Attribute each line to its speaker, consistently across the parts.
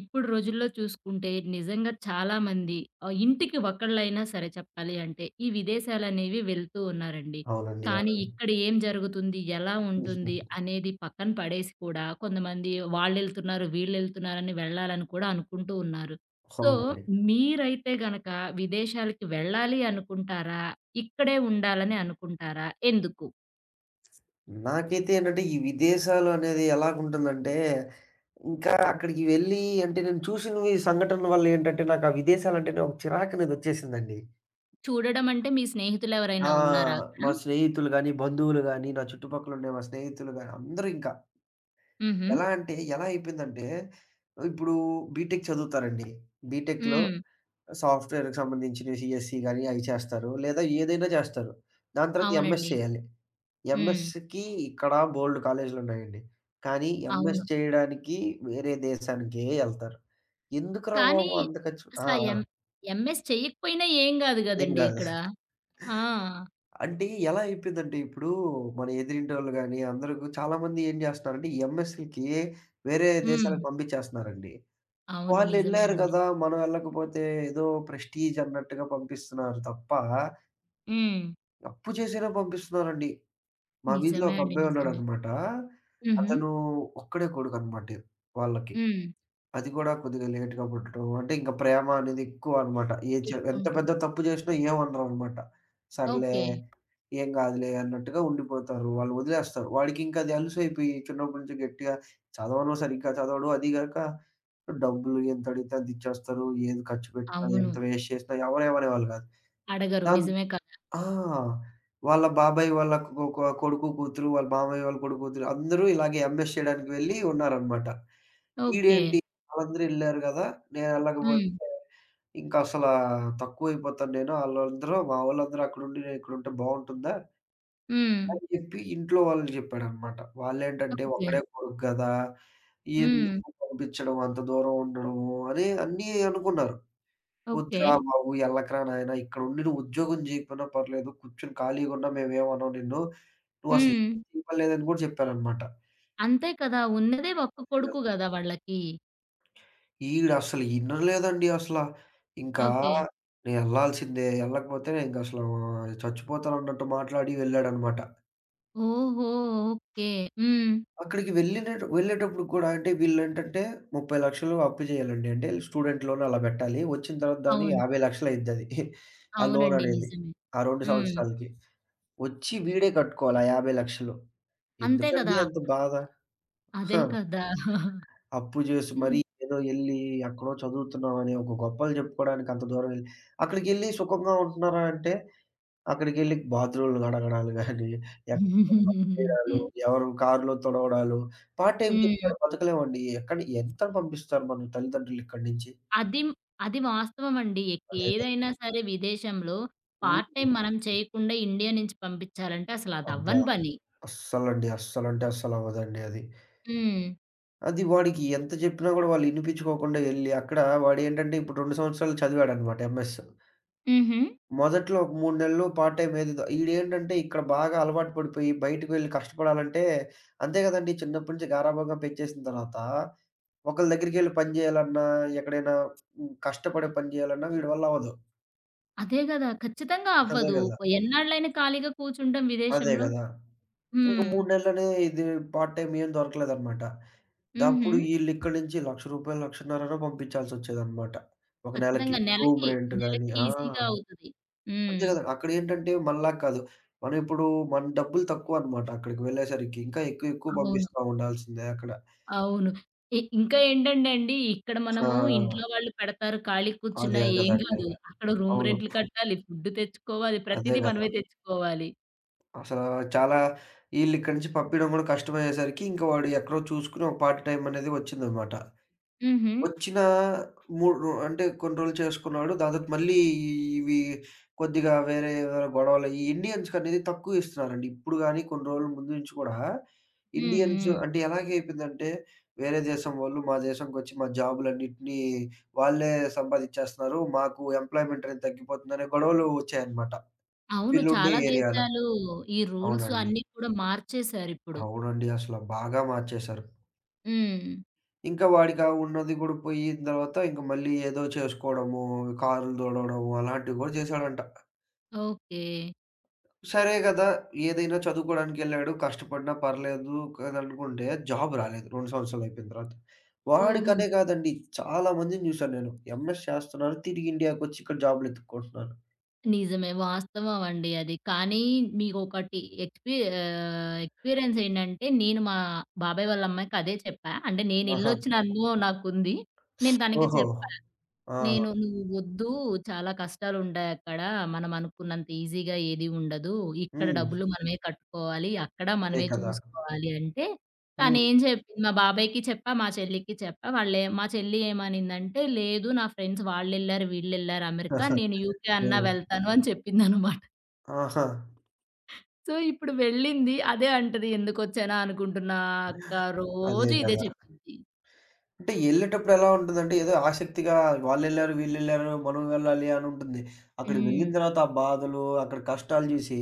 Speaker 1: ఇప్పుడు రోజుల్లో చూసుకుంటే నిజంగా చాలామంది ఇంటికి ఒకళ్ళైనా సరే చెప్పాలి అంటే, ఈ విదేశాలనేవి వెళ్తూ ఉన్నారండి.
Speaker 2: అవునండి.
Speaker 1: కానీ
Speaker 2: అవునండి.
Speaker 1: ఇక్కడ ఏం జరుగుతుంది? ఎలా ఉంటుంది? అనేది పక్కన పడేసి కూడా కొంతమంది వాళ్ళెళ్తున్నారు, వీళ్ళెళ్తున్నారని వెళ్ళాలని కూడా అనుకుంటూ ఉన్నారు. సో,
Speaker 2: అవునండి.
Speaker 1: మీరైతే గనక విదేశాలకి వెళ్ళాలి అనుకుంటారా? ఇక్కడే ఉండాలని అనుకుంటారా? ఎందుకు?
Speaker 2: నాకైతే ఏంటంటే, ఈ విదేశాలు అనేది ఎలాగుంటుందంటే, ఇంకా అక్కడికి వెళ్ళి అంటే నేను చూసినవి సంఘటనల వల్ల ఏంటంటే, నాకు ఆ విదేశాలంటేనే ఒక చిరాకనేదొచ్చేసిందండి.
Speaker 1: చూడడం అంటే మీ స్నేహితులెవరైనా
Speaker 2: ఆ!
Speaker 1: ఉన్నారా అక్కడ?
Speaker 2: మా స్నేహితులు గాని, బంధువులు గాని, నా చుట్టుపక్కలుండే మా స్నేహితులు గాని, అందరూ ఇంకా
Speaker 1: హుహు.
Speaker 2: ఎలా అంటే, ఎలా అయిపోయిందంటే, ఇప్పుడు బీటెక్ చదువుతారండి. బీటెక్‌లో
Speaker 1: హ్మ్.
Speaker 2: సాఫ్ట్‌వేర్‌కి సంబంధించినవి సీఎస్‌సి గాని అవి చేస్తారు. లేదా ఏదైనా చేస్తారు. దాని తర్వాత ఎంఎస్
Speaker 1: అవునండి.
Speaker 2: చేయాలి.
Speaker 1: హ్మ్.
Speaker 2: ఎంఎస్‌కి ఇక్కడ బోలెడు కాలేజీలున్నాయండి. కానీ ఎంఎస్
Speaker 1: అవును.
Speaker 2: చేయడానికి వేరే దేశానికే ఎళ్తారు. ఎందుకురా
Speaker 1: కానీ
Speaker 2: బాబు అంత ఖర్చు? ఆ!
Speaker 1: అసల
Speaker 2: ఆ!
Speaker 1: ఎం ఎంఎస్ చెయ్యకపోయినా ఏం గాదు
Speaker 2: ఏం
Speaker 1: గదండీ
Speaker 2: గాదు.
Speaker 1: ఇక్కడ. ఆ!
Speaker 2: అంటే ఎలా అయిపోయిందంటే ఇప్పుడు మన ఎదిరింటోళ్ళు గాని అందరూ చాలా మంది ఏం జేస్తున్నారంటే ఎంఎస్‌లకి వేరే
Speaker 1: హ్మ్.
Speaker 2: దేశాలకు పంపించేస్తున్నారండి.
Speaker 1: అవును. నిజమే
Speaker 2: వాళ్ళెళ్లారు
Speaker 1: అండి.
Speaker 2: గదా! మనం ఎళ్ళకపోతే ఏదో ప్రెస్టీజ్ అన్నట్టుగా పంపిస్తున్నారు తప్ప
Speaker 1: హ్మ్.
Speaker 2: అప్పు చేసైనా పంపిస్తున్నారండి. మా వీధిలో
Speaker 1: నిజమే
Speaker 2: ఒక
Speaker 1: అండి.
Speaker 2: అబ్బాయి
Speaker 1: నిజమే.
Speaker 2: ఉన్నాడనమాట.
Speaker 1: హుహు.
Speaker 2: అతను ఒక్కడే కొడుకనమాట వాళ్ళకి.
Speaker 1: హ్మ్.
Speaker 2: అది కూడా కొద్దిగా లేట్‌గా పుట్టడం. అంటే ఇంక ప్రేమ అనేది ఎక్కువ అనమాట. ఏ చె ఎంత
Speaker 1: ఎక్కువుంటుంది.
Speaker 2: పెద్ద తప్పు చేసినా ఏమనరనమాట. సర్లే
Speaker 1: ఓకే.
Speaker 2: ఏం కాదులే అన్నట్టుగా ఉండిపోతారు. వాళ్ళు వదిలేస్తారు. వాడికింకా అది అలుసైపోయి చిన్నప్పటి నుంచి గట్టిగా చదవను సరిగ్గా చదవడు. అది గాక డబ్బులు ఎంత అడిగితే అంత ఇచ్చేస్తారు. ఏది ఖర్చు పెట్టినా,
Speaker 1: అవును.
Speaker 2: ఎంత వేస్ట్ చేసినా ఎవరు ఏమనేవాళ్ళు కాదు.
Speaker 1: అడగరు.
Speaker 2: దాన్
Speaker 1: నిజమే కదా!
Speaker 2: ఆ! వాళ్ళ బాబాయి వాళ్ళ కొ కొ కొడుకు, కూతురు, వాళ్ళ మామయ్య వాళ్ళ కొడుకు, కూతురు అందరూ ఇలాగే ఎంఎస్ చేయడానికి వెళ్ళి ఉన్నారనమాట.
Speaker 1: ఓకే.
Speaker 2: ఈడేంటి వాళ్ళందరూ ఎళ్లారు గదా! నేను ఎళ్ళకపోతే
Speaker 1: హ్మ్.
Speaker 2: ఇంకా అసలా తక్కువైపోతాను నేను. ఆళ్ళందరూ మా వోళ్ళందరూ అక్కడుండి నేను ఇక్కడుంటే బావుంటుందా?
Speaker 1: హ్మ్.
Speaker 2: అని చెప్పి ఇంట్లో వాళ్ళకి చెప్పాడనమాట. వాళ్ళేంటంటే
Speaker 1: ఓకే.
Speaker 2: ఒక్కడే కొడుకు గదా!
Speaker 1: హ్మ్.
Speaker 2: ఎందుకు పంపించడం అంత దూరం ఉండడము అని అన్నీ అనుకున్నారు.
Speaker 1: ఓకే.
Speaker 2: "వద్దురా బాబు! ఎళ్ళకురా నాయనా! ఇక్కడుండి నువ్వు ఉద్యోగం జేయకపోయినా పర్లేదు. కూర్చొని ఖాళీగున్నా మేమేమనం నిన్ను. నువ్వసలు ఏం
Speaker 1: హ్మ్.
Speaker 2: ఇవ్వలేదని" గూడా చెప్పాననమాట.
Speaker 1: అంతే కదా! ఉన్నదే ఒక్క
Speaker 2: అదే గదా!
Speaker 1: కొడుకు గదా వాళ్ళకి.
Speaker 2: ఈడసలు ఇనలేదండి అసల. ఇంకా
Speaker 1: ఓకే.
Speaker 2: నేనెళ్ళాల్సిందే. ఎళ్ళకపోతే నేనింకసలు చచ్చిపోతానన్నట్టు మాట్లాడి వెళ్ళాడనమాట.
Speaker 1: ఓహో! ఓకే. హ్మ్.
Speaker 2: అక్కడికి వెళ్ళినటు వెళ్ళేటప్పుడు కూడా అంటే వీళ్ళేంటంటే 30,00,000 అప్పు జేయాలండి. అంటే స్టూడెంట్ లోన్ అలా బెట్టాలి. వచ్చిన తర్వాత దాన్ని
Speaker 1: అవును.
Speaker 2: 50,00,000 అయిందది. ఆ
Speaker 1: అవునండి.
Speaker 2: లోననేది.
Speaker 1: నిజమే.
Speaker 2: ఆ 2
Speaker 1: హ్మ్.
Speaker 2: సంవత్సరాలకి. వచ్చి వీడే కట్టుకోవాలి ఆ 50,00,000.
Speaker 1: అంతే
Speaker 2: ఎందుకండి
Speaker 1: కదా!
Speaker 2: అంత బాధ?
Speaker 1: అదే
Speaker 2: హా!
Speaker 1: కదా!
Speaker 2: అప్పు జేసి మరీ
Speaker 1: హ్మ్.
Speaker 2: ఏదో ఎళ్లి ఎక్కడో చదువుతున్నామని ఒక గొప్పలు చెప్పుకోవడానికి అంత దూరం ఎళ్లి, అక్కడికెళ్లి సుఖంగా ఉంటున్నారా అంటే, అక్కడికెళ్లి బాత్రూమ్‌లు కడగడాలు గాని, ఎక్కడో పనులు చేయడాలు, ఎవరి కారులో తుడవడాలు, పార్ట్ టైమ్
Speaker 1: హ్మ్.
Speaker 2: చెప్పాడు బతకలేమండి. ఎక్కడ ఎంత పంపిస్తారు మన తల్లిదండ్రులు ఇక్కడి నుంచి?
Speaker 1: అది, అది వాస్తవమండి.
Speaker 2: అదే కదా!
Speaker 1: ఏదైనా సరే విదేశంలో పార్ట్
Speaker 2: హ్మ్.
Speaker 1: టైమ్ మనం చేయకుండా ఇండియా నుంచి పంపించాలంటే అసలు అది
Speaker 2: అబ్బా!
Speaker 1: అవ్వని పని.
Speaker 2: అస్సలండి. అస్సలంటే అస్సలవ్వదండి అది.
Speaker 1: హ్మ్.
Speaker 2: అది వాడికి ఎంత చెప్పినా గూడా వాళ్ళు ఇనిపించుకోకుండా ఎళ్లి, అక్కడ వాడేంటంటే ఇప్పుడు 2 సంవత్సరాలు చదివాడనమాట ఎంఎస్.
Speaker 1: హుహు.
Speaker 2: మొదట్లో ఒక 3 నెలలు పార్ట్ టైమ్ ఏదేదో ఈడేంటంటే ఇక్కడ బాగా అలవాటు పడిపోయి బయటకు వెళ్లి కష్టపడాలంటే అంతే గదండీ! చిన్నప్పటి నుంచి గారాబంగా పెంచేసిన తర్వాత ఒకళ్ళ దగ్గరికెళ్లి పని జేయాలన్నా, ఎక్కడైనా కష్టపడి పని జేయాలన్నా వీడి వల్ల అవ్వదు.
Speaker 1: అదే గదా! ఖచ్చితంగా
Speaker 2: అదే
Speaker 1: అవ్వదు.
Speaker 2: గదా!
Speaker 1: ఎన్నాళ్ళైనా ఖాళీగా కూర్చుంటాం
Speaker 2: అదే
Speaker 1: విదేశంలో.
Speaker 2: గదా! ఇంక
Speaker 1: హ్మ్.
Speaker 2: 3 నెలలనే ఇది పార్ట్ టైమ్ ఏం దొరకలేదనమాట.
Speaker 1: హుహు.
Speaker 2: దప్పుడు ఈళ్ళిక్కడి నుంచి రూ. 1,00,000 1,50,000నో పంపించాల్సొచ్చేదనమాట. ఒక నెలకి.
Speaker 1: ఖచ్చితంగా
Speaker 2: రూమ్
Speaker 1: నెలకి,
Speaker 2: రెంట్ గాని
Speaker 1: నెలకి
Speaker 2: ఆ!
Speaker 1: ఈజీగా అవుతది.
Speaker 2: అంతే
Speaker 1: హ్మ్.
Speaker 2: గదా! అక్కడేంటంటే మనలా కాదు. మనం ఇప్పుడు మన డబ్బులు తక్కువనమాట అక్కడికి వెళ్ళేసరికి. ఇంకా ఎక్కువ ఎక్కువ
Speaker 1: అవును.
Speaker 2: పంపిస్తా ఉండాల్సిందే అక్కడ.
Speaker 1: అవును. ఇంకా ఏంటంటే అండి, ఇక్కడ
Speaker 2: ఆ!
Speaker 1: మనము ఇంట్లో వాళ్ళు పెడతారు ఖాళీ కూర్చున్నా
Speaker 2: అదే
Speaker 1: ఏం
Speaker 2: గదండీ.
Speaker 1: కాదు. అక్కడ రూమ్
Speaker 2: అవును.
Speaker 1: రెంట్‌లు కట్టాలి, ఫుడ్ తెచ్చుకోవాలి,
Speaker 2: అదే
Speaker 1: ప్రతీదీ
Speaker 2: గదా!
Speaker 1: మనమే తెచ్చుకోవాలి.
Speaker 2: అసలా చాలా ఈళ్ళిక్కడి నుంచి పంపియడం గూడా కష్టమయ్యేసరికి, ఇంక వాడు ఎక్కడో చూసుకొని ఒక పార్ట్ టైం అనేది వచ్చిందనమాట.
Speaker 1: హుహు.
Speaker 2: వచ్చిన మూడు రో అంటే కొన్ని రోజులు చేసుకున్నాడు. దాని తర్వాత మళ్ళీ ఇవి కొద్దిగా వేరే ఏవైనా గొడవలు ఈ ఇండియన్స్‌కనేది తక్కువ ఇస్తున్నారండి. ఇప్పుడు గాని కొన్ని రోజుల ముందు నుంచి కూడా
Speaker 1: హ్మ్.
Speaker 2: ఇండియన్స్
Speaker 1: హ్మ్.
Speaker 2: అంటే ఎలాగైపోయిందంటే వేరే దేశం వాళ్ళు మా దేశంకొచ్చి మా జాబులన్నిటిని వాళ్ళే సంపాదిచ్చేస్తున్నారు. మాకు ఎంప్లాయ్‌మెంట్ అనేది తగ్గిపోతుందనే గొడవలు వచ్చాయన్నమాట.
Speaker 1: అవును.
Speaker 2: వీళ్ళుండే
Speaker 1: చాలా
Speaker 2: ఏరియాలో.
Speaker 1: దేశాలు ఈ రూల్స్
Speaker 2: అవునండి.
Speaker 1: అన్నీ కూడా మార్చేశారిప్పుడు.
Speaker 2: అవునండి. అసల బాగా మార్చేశారు.
Speaker 1: హ్మ్.
Speaker 2: ఇంకా వాడికా ఉన్నది గూడా పోయిన తర్వాత ఇంక మళ్ళీ ఏదో చేసుకోవడము, కారులు తోలడము అలాంటివి గూడా చేశాడంట.
Speaker 1: ఓకే.
Speaker 2: సరే గదా! ఏదైనా చదువుకోవడానికెళ్ళాడు, కష్టపడినా పర్లేదు కదనుకుంటే జాబ్ రాలేదు 2 సంవత్సరాలు అయిపోయిన తర్వాత.
Speaker 1: ఓహో!
Speaker 2: వాడికనే కాదండి చాలా మందిని చూసాను నేను. ఎంఎస్ చేస్తున్నారు, తిరిగి ఇండియాకొచ్చి ఇక్కడ జాబ్‌లు ఎతుక్కుంటున్నారు.
Speaker 1: నిజమే. వాస్తవం అండి అది. కానీ మీకొకటి ఎక్స్‌పీ ఎక్స్‌పీరియన్స్ ఏంటంటే, నేను మా బాబాయ్ వాళ్ళ అమ్మాయికి అదే చెప్పా. అంటే
Speaker 2: ఆహా!
Speaker 1: నేనెళ్ళొచ్చిన అనుభవం నాకుంది. నేను తనకి
Speaker 2: ఓహో!
Speaker 1: చెప్పా.
Speaker 2: ఆ!
Speaker 1: నేను "నువ్వు వద్దు, చాలా కష్టాలుంటాయక్కడ. మనం అనుకున్నంత ఈజీగా ఏది ఉండదు. ఇక్కడ
Speaker 2: హ్మ్.
Speaker 1: డబ్బులు మనమే కట్టుకోవాలి. అక్కడ
Speaker 2: అదే
Speaker 1: మనమే
Speaker 2: కదా!
Speaker 1: చూసుకోవాలి" అంటే
Speaker 2: హ్మ్.
Speaker 1: తనేం చెప్పింది మా బాబాయ్‌కి చెప్పా, మా చెల్లికి చెప్పా. వాళ్ళే మా చెల్లి ఏమనిందంటే, "లేదు నా ఫ్రెండ్స్ వాళ్ళెళ్లారు, వీళ్ళెళ్లారు అమెరికా. నేను యూకే అన్నా
Speaker 2: నేను.
Speaker 1: వెళ్తాను" అని చెప్పిందనమాట.
Speaker 2: ఆహా!
Speaker 1: సో, ఇప్పుడు వెళ్ళింది. అదే అంటది, "ఎందుకొచ్చానా అనుకుంటున్నా అక్క"
Speaker 2: అదే
Speaker 1: రోజు ఇదే
Speaker 2: గదా!
Speaker 1: చెప్పిద్ది.
Speaker 2: అంటే ఎళ్ళేటప్పుడు ఎలా ఉంటదంటే, ఏదో ఆసక్తిగా వాళ్ళెళ్లారు, వీళ్ళెళ్లారు, మనం వెళ్ళాలి అని ఉంటుంది. అక్కడికి వెళ్ళిన
Speaker 1: హ్మ్.
Speaker 2: తర్వాత ఆ బాధలు, అక్కడ కష్టాలు చూసి,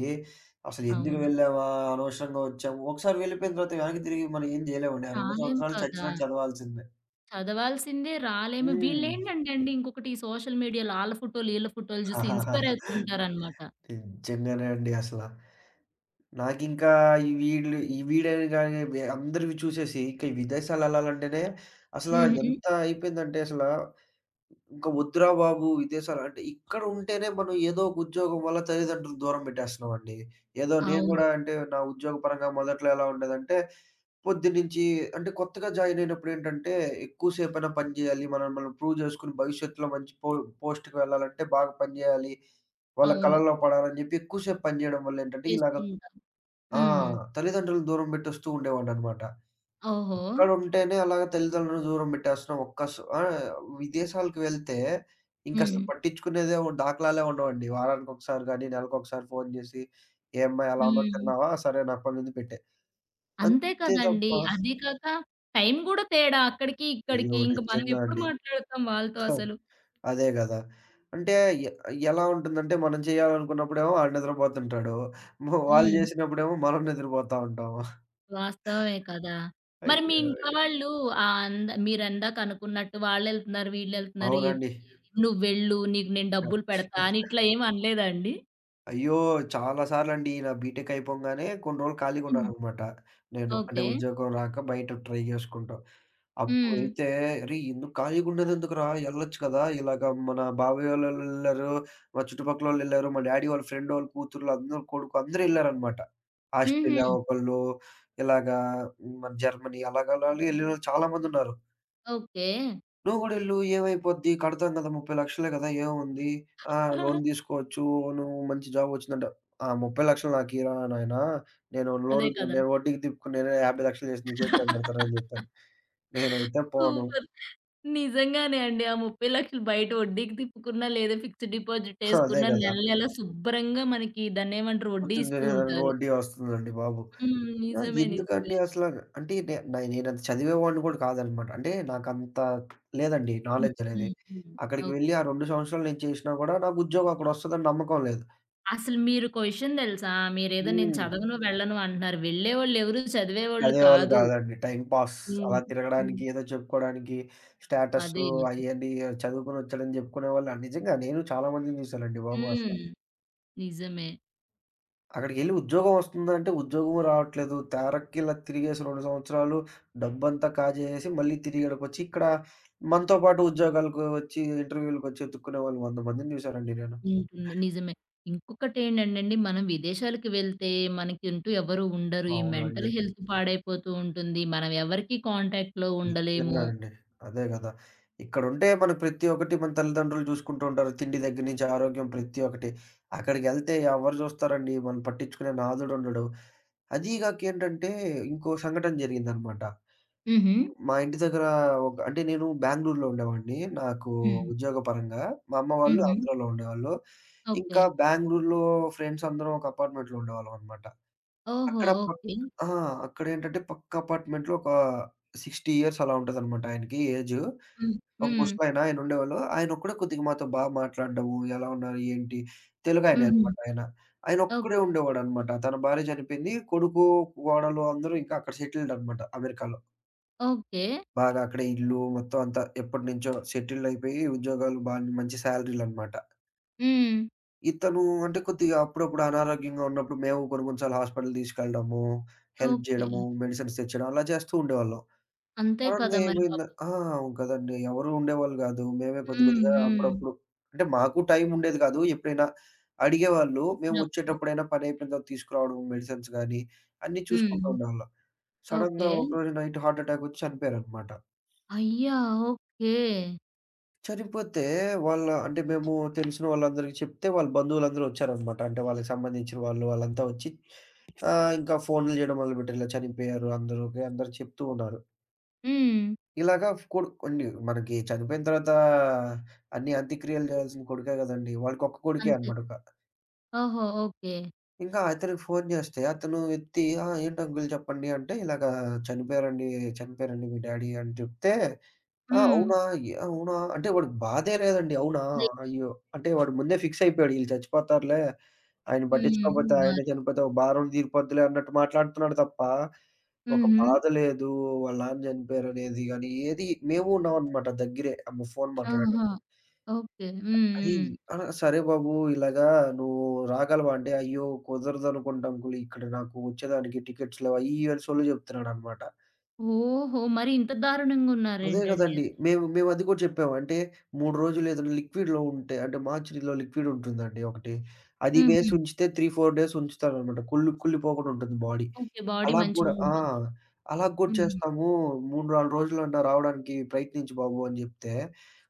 Speaker 2: అసలు ఎందుకు
Speaker 1: అవును.
Speaker 2: వెళ్ళామా? అనవసరంగా వచ్చాము. ఒకసారి వెళ్ళిపోయిన తర్వాత వెనక్కి తిరిగి మనం ఏం చేయలేమండి. ఆ 2
Speaker 1: రాలేం
Speaker 2: సంవత్సరాలు
Speaker 1: కదా!
Speaker 2: చచ్చినట్టు చదవాల్సిందే.
Speaker 1: చదవాల్సిందే రాలేము.
Speaker 2: హ్మ్.
Speaker 1: వీళ్ళేంటంటే అండి ఇంకొకటి ఈ సోషల్ మీడియాలో ఆళ్ళ ఫోటోలు, ఈళ్ళ ఫోటోలు చూసి ఇన్‌స్పైర్ అవుతూ ఉంటారనమాట.
Speaker 2: నిజంగానే అండి అసల. నాకింకా ఈ వీళ్ళు ఈ వీడని గాని అందరివి చూసేసి, ఇక విదేశాలెళ్ళాలంటేనే అసల
Speaker 1: హుహు.
Speaker 2: ఎంత అయిపోయిందంటే అసల ఇంక వద్దురా బాబు విదేశాలు అంటే ఇక్కడ ఉంటేనే మనం ఏదో ఒక ఉద్యోగం వల్ల తల్లిదండ్రులు దూరం పెట్టేస్తున్నామండి. ఏదో నేను
Speaker 1: అవును.
Speaker 2: గూడా అంటే నా ఉద్యోగపరంగా మొదట్లో ఎలా ఉండేదంటే పొద్దున్నుంచి అంటే కొత్తగా జాయిన్ అయినప్పుడు ఏంటంటే ఎక్కువ సేపైనా పని జేయాలి. మనల్ని మనం ప్రూవ్ జేసుకొని భవిష్యత్తులో మంచి పోస్ట్‌కి వెళ్ళాలంటే బాగా పని జేయాలి. వాళ్ళ
Speaker 1: అవును.
Speaker 2: కళల్లో పడాలని జెప్పి ఎక్కువ సేపు పని జేయడం వల్ల ఏంటంటే ఇలాగ
Speaker 1: చేస్తూ ఉంటారు.
Speaker 2: ఆ!
Speaker 1: హ్మ్.
Speaker 2: తల్లిదండ్రులను దూరం బెట్టొస్తూ ఉండేవాడిననమాట.
Speaker 1: ఓహో!
Speaker 2: ఇక్కడుంటేనే అలాగా తల్లిదండ్రులను దూరం పెట్టేస్తున్నాం. ఒక్క స్ ఆ! విదేశాలకు వెళ్తే
Speaker 1: హ్మ్.
Speaker 2: ఇంకసలు పట్టించుకునేదే దాఖలాలే ఉండవండి. వారానికొకసారి గానీ, నెలకొకసారి ఫోను జేసి, "ఏమ్మా ఎలా ఉన్నావు?
Speaker 1: హ్మ్.
Speaker 2: తిన్నావా? సరే నాకు పనుంది పెట్టే."
Speaker 1: అంతే
Speaker 2: అంతే తప్ప
Speaker 1: కదండీ. అదీ కాక టైం గూడా తేడా అక్కడికి, ఇక్కడికి.
Speaker 2: అయ్యో!
Speaker 1: ఇంక మనం
Speaker 2: నిజంగా
Speaker 1: ఎప్పుడు
Speaker 2: అండి.
Speaker 1: మాట్లాడుతాం వాళ్ళతో
Speaker 2: హా!
Speaker 1: అసలు.
Speaker 2: అదే గదా! అంటే ఎ ఎలా ఉంటుందంటే మనం చేయాలనుకున్నప్పుడేమో ఆడు నిద్రపోతుంటాడు. వాళ్ళు
Speaker 1: హ్మ్.
Speaker 2: జేసినప్పుడేమో మనం నిద్రపోతా ఉంటాము.
Speaker 1: వాస్తవమే కదా! మరి మీ
Speaker 2: అయ్యో!
Speaker 1: ఇంట్లో
Speaker 2: అయ్యో!
Speaker 1: వాళ్ళు ఆహ్, అంద మీరిందాక అనుకున్నట్టు వాళ్ళెళ్తున్నారు, వీళ్ళెళ్తున్నారు ఎప్
Speaker 2: అవునండి.
Speaker 1: నువ్వెళ్ళు, నీకు నేను డబ్బులు పెడతా అని ఇట్లా ఏమి అనలేదా అండి?
Speaker 2: అయ్యో! చాలా సార్లండి. నా బీటెక్ అయిపోంగానే కొన్ని రోజులు
Speaker 1: హుహు.
Speaker 2: ఖాళీగున్నాననమాట. నేను అంటే
Speaker 1: ఓకే.
Speaker 2: ఉద్యోగం రాక బయట ట్రై చేసుకుంటా.
Speaker 1: హ్మ్.
Speaker 2: అప్పుడైతే "అరేయ్! ఎందుకు ఖాళీగుండేదెందుకురా ఎళ్ళొచ్చు కదా! ఇలాగ మన బాబాయ్ వాళ్ళోళ్ళెళ్లారు, మా చుట్టుపక్కలోళ్ళెళ్లారు, మా డ్యాడీ వాళ్ళ ఫ్రెండోళ్ళ కూతుర్లు అందరూ కొడుకు అందరూ ఎళ్లారనమాట. ఆస్ట్రేలియా
Speaker 1: హుహు.
Speaker 2: ఒకళ్ళు, ఇలాగా మన జర్మనీ అలాగలాగే ఎళ్ళినోళ్ళు చాలా మందున్నారు.
Speaker 1: ఓకే.
Speaker 2: నువ్వు గూడా ఎళ్ళు. ఏమైపోద్ది? కడతాం గదా! 30,00,000 కదా! ఏముంది? ఆ! లోన్ తీసుకోవచ్చు. నువ్వు మంచి జాబ్ వచ్చిందంట. ఆ! 30,00,000 నాకియ్యరా నాయనా! నేను
Speaker 1: అదే
Speaker 2: లోన్
Speaker 1: కదా!
Speaker 2: నేను వడ్డీకి తిప్పుకొని నేనే 50,00,000 చేసి నీ చేతిలో పెడతాను అని చెప్పాను. నేనైతే పోను.
Speaker 1: సూపర్. నిజంగానే అండి. ఆ 30,00,000 బయట వడ్డీకి తిప్పుకున్నా, లేదా ఫిక్స్డ్ డిపాజిట్
Speaker 2: అదే
Speaker 1: యేసుకున్నా
Speaker 2: గదా!
Speaker 1: నెల నెలా శుభ్రంగా మనకి దాన్నేమంటారు? వడ్డీ
Speaker 2: కూర్చొని
Speaker 1: ఇస్తూ
Speaker 2: తినేదానికి
Speaker 1: ఉంటారు.
Speaker 2: వడ్డీ వస్తుందండి బాబు.
Speaker 1: హ్మ్.
Speaker 2: ఆ!
Speaker 1: నిజమే. నిజమే.
Speaker 2: ఎందుకండి అసల? అంటే నేనంత చదివేవాడిని గూడా కాదనమాట. అంటే నాకంత లేదండి
Speaker 1: హ్మ్.
Speaker 2: నాలెడ్జ్ అనేది.
Speaker 1: హ్మ్. హ్మ్.
Speaker 2: అక్కడికి వెళ్ళి
Speaker 1: ఓకే.
Speaker 2: ఆ 2 సంవత్సరాలు నేను చేసినా గూడా నాకు ఉద్యోగం అక్కడ వస్తదని నమ్మకం లేదు.
Speaker 1: అసలు మీరొక విషయం తెలుసా? మీరేదో నేను
Speaker 2: హ్మ్.
Speaker 1: చదవను, వెళ్ళను అంటున్నారు. వెళ్ళేవాళ్ళెవరు చదివేవాళ్ళు
Speaker 2: చదివేవాళ్ళు
Speaker 1: కాదు.
Speaker 2: కాదండి. టైమ్ పాస్ అలా
Speaker 1: హ్మ్. హ్మ్.
Speaker 2: తిరగడానికి, ఏదో చెప్పుకోవడానికి
Speaker 1: అదే
Speaker 2: స్టేటస్సు
Speaker 1: మరి.
Speaker 2: అయన్నీ చదువుకొనొచ్చాడని చెప్పుకునేవాళ్ళు. నిజంగా నేను చాలా మందిని చూసానండి బాబు అసల.
Speaker 1: హ్మ్. నిజమే.
Speaker 2: అక్కడికెళ్లి ఉద్యోగం వస్తుందంటే ఉద్యోగము రావట్లేదు. తెరక్కిలా తిరిగేసి 2 సంవత్సరాలు డబ్బంతా కాజేసి మళ్ళీ తిరిగి ఈడకొచ్చి ఇక్కడ మనతో పాటు ఉద్యోగాలకు వచ్చి, ఇంటర్వ్యూలకొచ్చి ఎతుక్కునేవాళ్ళు 100 మందిని చూసానండి నేను.
Speaker 1: ఉంటుంది. నిజమే. ఇంకొకటేంటండండి మనం విదేశాలకు వెళ్తే మనకంటూ ఎవరు ఉండరు. ఈ మెంటల్
Speaker 2: అవునండి.
Speaker 1: హెల్త్ పాడైపోతూ ఉంటుంది. మనం ఎవరికీ కాంటాక్ట్‌లో
Speaker 2: నిజంగా
Speaker 1: ఉండలేము.
Speaker 2: అండి. అదే గదా! ఇక్కడుంటే మన ప్రతి ఒక్కటి మన తల్లిదండ్రులు చూసుకుంటూ ఉంటారు. తిండి దగ్గర నుంచి ఆరోగ్యం ప్రతి ఒక్కటి. అక్కడికెళ్తే ఎవరు చూస్తారండి? మనం పట్టించుకునే నాథుడుండడు. అదీ గాక ఏంటంటే ఇంకో సంఘటన జరిగిందనమాట.
Speaker 1: హుహు.
Speaker 2: మా ఇంటి దగ్గర ఒక అంటే నేను బెంగుళూరులో ఉండేవాడిని. నాకు
Speaker 1: హ్మ్.
Speaker 2: ఉద్యోగపరంగా. మా అమ్మ వాళ్ళు
Speaker 1: హుహు.
Speaker 2: ఆంధ్రాలో ఉండేవాళ్ళు.
Speaker 1: ఓకే.
Speaker 2: ఇంకా బెంగుళూరులో ఫ్రెండ్స్ అందరం ఒక అపార్ట్మెంట్‌లో ఉండేవాళ్ళమనమాట.
Speaker 1: ఓహో!
Speaker 2: అక్కడ పక్
Speaker 1: ఓకే.
Speaker 2: ఆ! అక్కడేంటంటే పక్క అపార్ట్‌మెంట్‌లో ఒక 60 ఇయర్స్ అలా ఉంటదనమాట ఆయనకి ఏజు.
Speaker 1: హ్మ్.
Speaker 2: ఒక
Speaker 1: హ్మ్.
Speaker 2: ముసలాయన ఆయన ఉండేవాళ్ళు. ఆయనొక్కడే కొద్దిగా మాతో మాట్లాడడము, ఎలా ఉన్నారు? ఏంటి? తెలుగాయనే
Speaker 1: హుహు.
Speaker 2: అనమాట ఆయన. ఆయనొక్కడే
Speaker 1: ఓకే.
Speaker 2: ఉండేవాడనమాట. తన భార్య చనిపోయింది. కొడుకు, కోడలు అందరూ ఇంకా అక్కడ సెటిల్డ్ అనమాట అమెరికాలో.
Speaker 1: ఓకే.
Speaker 2: బాగా అక్కడే ఇల్లు మొత్తం అంతా ఎప్పటినుంచో సెటిల్డ్ అయిపోయి ఉద్యోగాలు బాగా మంచి సాలరీలనమాట.
Speaker 1: హ్మ్.
Speaker 2: ఇతను అంటే కొద్దిగా అప్పుడప్పుడు అనారోగ్యంగా ఉన్నప్పుడు మేము కొన్ని కొన్ని సార్లు హాస్పిటల్ తీసుకెళ్ళడము, హెల్ప్
Speaker 1: ఓకే.
Speaker 2: జేయడము, మెడిసిన్స్ తెచ్చడం అలా చేస్తూ ఉండేవాళ్ళం.
Speaker 1: అంతే కదా!
Speaker 2: సడెన్‌గా
Speaker 1: మరి పాపం.
Speaker 2: ఏమైంద ఆ! అవును కదండీ. ఎవరు ఉండేవాళ్ళు గాదు. మేమే కొద్ది
Speaker 1: హ్మ్.
Speaker 2: కొద్దిగా
Speaker 1: హ్మ్.
Speaker 2: అప్పుడప్పుడు అంటే మాకు టైం ఉండేది కాదు. ఎప్పుడైనా అడిగేవాళ్ళు. మేము
Speaker 1: చూసినప్పుడు.
Speaker 2: వచ్చేటప్పుడైనా పని అయిపోయిన తర్వాత తీసుకురావడం మెడిసిన్స్ గానీ, అన్నీ
Speaker 1: హ్మ్.
Speaker 2: చూసుకుంటూ ఉండేవాళ్ళం.
Speaker 1: ఓకే.
Speaker 2: సడెన్‌గా ఒకరోజు నైట్ హార్ట్ అటాక్ వచ్చి చనిపోయారనమాట.
Speaker 1: అయ్యా! ఓకే.
Speaker 2: చనిపోతే వాళ్ళ అంటే మేము తెలిసిన వాళ్ళందరికి చెప్తే వాళ్ళ బంధువులందరూ వచ్చారనమాట. అంటే వాళ్ళకి సంబంధించిన వాళ్ళు వాళ్ళంతా వచ్చి ఇంకా ఫోన్లు చేయడం మొదలుపెట్టారు. ఇలా చనిపోయారు అందరూ అందరూ చెప్తూ ఉన్నారు.
Speaker 1: హ్మ్.
Speaker 2: ఇలాగా కొడు కొన్ని మనకి చనిపోయిన తర్వాత అన్ని అంత్యక్రియలు చేయాల్సిన కొడుకే గదండీ! వాడికి ఒక్క కొడుకే
Speaker 1: అంతే.
Speaker 2: అనమాట.
Speaker 1: ఓహో! ఓకే.
Speaker 2: ఇంకా అతనికి ఫోన్ జేస్తే అతను ఎత్తి "ఆ! ఏంటి అంకుల్ చెప్పండి" అంటే ఇలాగా "చనిపోయారండి, చనిపోయారండి మీ డ్యాడీ" అని జెప్తే, "ఆ!
Speaker 1: హ్మ్.
Speaker 2: అవునా? అవునా?" అంటే వాడికి బాధే లేదండి. "అవునా? అయ్యో!" అంటే వాడు ముందే ఫిక్స్ అయిపోయాడు. ఈళ్ళు చచ్చిపోతారులే, ఆయన
Speaker 1: హ్మ్.
Speaker 2: పట్టించుకోకపోతే ఆయనే
Speaker 1: మరి.
Speaker 2: చనిపోతే ఒక భారం తీరిపోద్దిలే అన్నట్టు మాట్లాడుతున్నాడు తప్ప, ఒక
Speaker 1: హుహు.
Speaker 2: బాధ లేదు, వాళ్ళ నాన్న చనిపోయారనేది గాని, ఏది మేము ఉన్నామనమాట దగ్గరే. అమ్మ ఫోన్ మాట్లాడేటప్పుడు.
Speaker 1: ఆహా! ఓకే. హ్మ్.
Speaker 2: అది
Speaker 1: హ్మ్.
Speaker 2: ఆ! సరే బాబు ఇలాగా నువ్వు రాగలవా అంటే, అయ్యో! కుదరదనుకుంటాం అంకుల్. ఇక్కడ నాకు వచ్చేదానికి టికెట్స్ లేవు. అయ్యి, ఇయ్యి అని సొల్లు చెప్తున్నాడనమాట.
Speaker 1: ఓహో! మరి ఇంత
Speaker 2: అదే
Speaker 1: దారుణంగున్నారేంటండి
Speaker 2: కదండీ!
Speaker 1: అసలు?
Speaker 2: మేము మేము అది కూడా చెప్పాము. అంటే 3 రోజులు ఏదైనా లిక్విడ్‌లో ఉంటే అంటే మార్చిరిలో లిక్విడ్ ఉంటుందండి ఒకటి. అది
Speaker 1: హుహు.
Speaker 2: వేసి ఉంచితే 3, 4 డేస్ ఉంచుతారనమాట. కుళ్ళి కుళ్ళిపోకుండా ఉంటుంది బాడీ.
Speaker 1: ఓకే. బాడీ
Speaker 2: అలా గూడా ఆ!
Speaker 1: మంచిగుంటుంది.
Speaker 2: అలా గూడా
Speaker 1: హుహు.
Speaker 2: చేస్తాము. 3, 4 రోజులంట రావడానికి ప్రయత్నించు బాబు అని జెప్తే,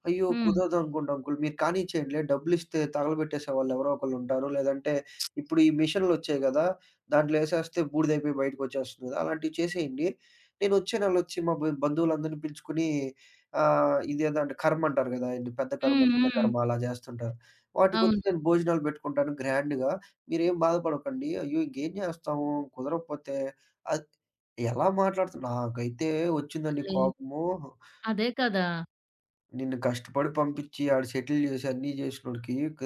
Speaker 2: అయ్యో!
Speaker 1: హ్మ్.
Speaker 2: కుదరదు అనుకుంటా అంకుల్ మీరు కానిచ్చేయండిలే డబ్బులిస్తే తగలబెట్టేసేవాళ్ళు ఎవరో ఒకళ్ళుంటారు. లేదంటే ఇప్పుడు ఈ మిషన్‌లొచ్చాయి గదా! దాంట్లో ఎసేస్తే బూడిదైపోయి బయటికొచ్చేస్తుంది. అలాంటివి చేసేయండి. నేను వచ్చే నెలొచ్చి మా బంధువులందరిని పిలుచుకొని ఇదేదో అంటే కర్మంటారు గదా! ఏంటి పెద్ద కర్మ,
Speaker 1: హ్మ్.
Speaker 2: చిన్న
Speaker 1: హ్మ్.
Speaker 2: కర్మ అలా జేస్తుంటారు. వాటికొచ్చి
Speaker 1: అవును.
Speaker 2: నేను భోజనాలు బెట్టుకుంటాను గ్రాండ్‌గా. మీరేం బాధపడకండి. అయ్యో! ఇంకేం జేస్తాము కుదరకపోతే అద్ ఎలా మాట్లాడుతు నాకైతే వచ్చిందండి
Speaker 1: భలే.
Speaker 2: కోపము.
Speaker 1: అదే కదా!
Speaker 2: నిన్ను కష్టపడి పంపించి, ఆడు సెటిల్ చేసి అన్నీ చేసినోడికి క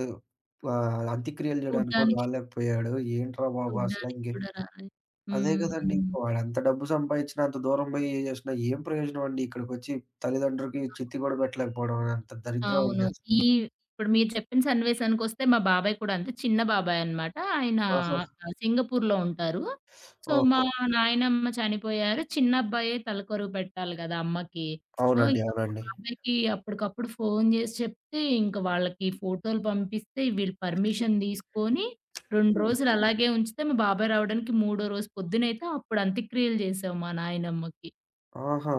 Speaker 2: ఆహ్, అంత్యక్రియలు చేయడానికి కూడా
Speaker 1: చూడ్డానికి,
Speaker 2: రాలేకపోయాడు. ఏంట్రా బాబు అసల
Speaker 1: చూడ్డానికి
Speaker 2: ఇంక
Speaker 1: కూడా రాలేదు.
Speaker 2: అదే
Speaker 1: హ్మ్.
Speaker 2: కదండీ!
Speaker 1: హ్మ్.
Speaker 2: ఇంక వాడెంత డబ్బు సంపాదించినా, అంత దూరం పోయి చేసినా ఏం ప్రయోజనం అండి? ఇక్కడికొచ్చి తల్లిదండ్రులకి చిత్తి కూడా పెట్టలేకపోవడం. ఎంత దరిద్రం
Speaker 1: అవును.
Speaker 2: అండి అసలు.
Speaker 1: ఈ ఇప్పుడు మీరు చెప్పిన సన్నివేశానికొస్తే మా బాబాయ్ కూడా అంతే. చిన్న బాబాయ్ అన్నమాట. ఆయన
Speaker 2: ఆహా!
Speaker 1: సింగపూర్‌లో ఉంటారు. సో, మా
Speaker 2: ఓహో!
Speaker 1: నాయనమ్మ చనిపోయారు. చిన్న అబ్బాయే తలకరువు పెట్టాలి గదా! అమ్మకి. సో,
Speaker 2: అవునండి.
Speaker 1: ఇంక మా
Speaker 2: అవునండి.
Speaker 1: బాబాయ్‌కి అప్పటికప్పుడు ఫోను జేసి చెప్తే, ఇంక వాళ్ళకి ఫోటోలు పంపిస్తే, వీళ్ళు పర్మిషన్ తీసుకొని 2
Speaker 2: హ్మ్.
Speaker 1: రోజులు అలాగే ఉంచితే, మా బాబాయ్ రావడానికి మూడో రోజు పొద్దునైతే అప్పుడు అంత్యక్రియలు చేశాం మా నాయనమ్మకి.
Speaker 2: ఆహా!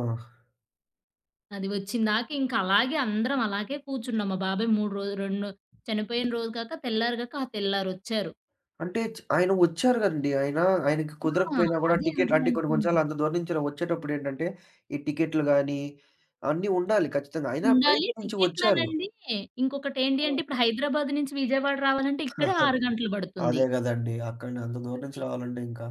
Speaker 1: అది వచ్చిందాక ఇంక అలాగే అందరం అలాగే కూర్చున్నాం. మా బాబాయ్ 3 రోజులు 2 చనిపోయిన రోజు కాక తెల్లారిగాక ఆ తెల్లారొచ్చారు.
Speaker 2: అంటే చ్ ఆయన వచ్చారు గదండీ. ఆయన ఆయనకి
Speaker 1: ఆ!
Speaker 2: కుదరకపోయినా గూడా
Speaker 1: అదే
Speaker 2: టికెట్
Speaker 1: అదే
Speaker 2: అంటే కొన్ని కొన్ని
Speaker 1: అంటున్నా.
Speaker 2: సార్లు అంత దూరం నుంచి ఇలా వచ్చేటప్పుడేంటంటే, ఈ టికెట్లు గానీ, అన్నీ ఉండాలి ఖచ్చితంగా. అయినా
Speaker 1: ఉండాలి.
Speaker 2: ప్రయత్నించి వచ్చారు.
Speaker 1: టికెట్లనండి ఇంకొకటేంటి
Speaker 2: ఆ!
Speaker 1: అంటే ఇప్పుడు హైదరాబాద్ నుంచి విజయవాడ రావాలంటే ఇక్కడే 6 గంటలు పడుతుంది.
Speaker 2: అదే గదండీ. అక్కడిని అంత దూరం నుంచి
Speaker 1: అది.
Speaker 2: రావాలంటే ఇంకా.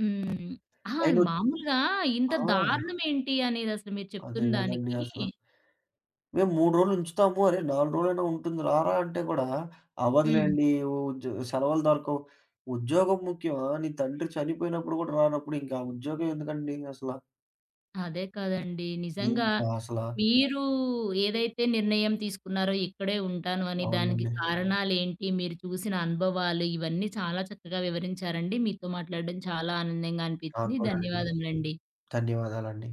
Speaker 1: హ్మ్. అహా!
Speaker 2: ఆయనొచ్
Speaker 1: మామూలుగా ఇంత
Speaker 2: ఆ!
Speaker 1: దారుణమేంటి అనేదసలు మీరు చెప్తున్న
Speaker 2: అదే గదండీ
Speaker 1: దానికి
Speaker 2: అసల. మేము 3 రోజులు ఉంచుతాము. అరే 4 రోజులైనా ఉంటుంది రారా అంటే గూడా,
Speaker 1: హ్మ్.
Speaker 2: అవ్వదులేండి సెలవులు దొరకవు. ఉద్యోగం ముఖ్యమా? నీ తండ్రి చనిపోయినప్పుడు గూడా రానప్పుడు ఇంకా ఉద్యోగం ఎందుకండి అసల?
Speaker 1: అదే కదండీ. నిజంగా
Speaker 2: ఇంకా అసల
Speaker 1: మీరు ఏదైతే నిర్ణయం తీసుకున్నారో ఇక్కడే ఉంటాను అని, దానికి
Speaker 2: అవునండి.
Speaker 1: హ్మ్. కారణాలేంటి, మీరు చూసిన అనుభవాలు, ఇవన్నీ చాలా చక్కగా వివరించారండి. మీతో మాట్లాడడం చాలా ఆనందంగా
Speaker 2: నాకు
Speaker 1: అనిపించింది.
Speaker 2: కూడా అండి.
Speaker 1: ధన్యవాదములండి.
Speaker 2: ధన్యవాదాలండి.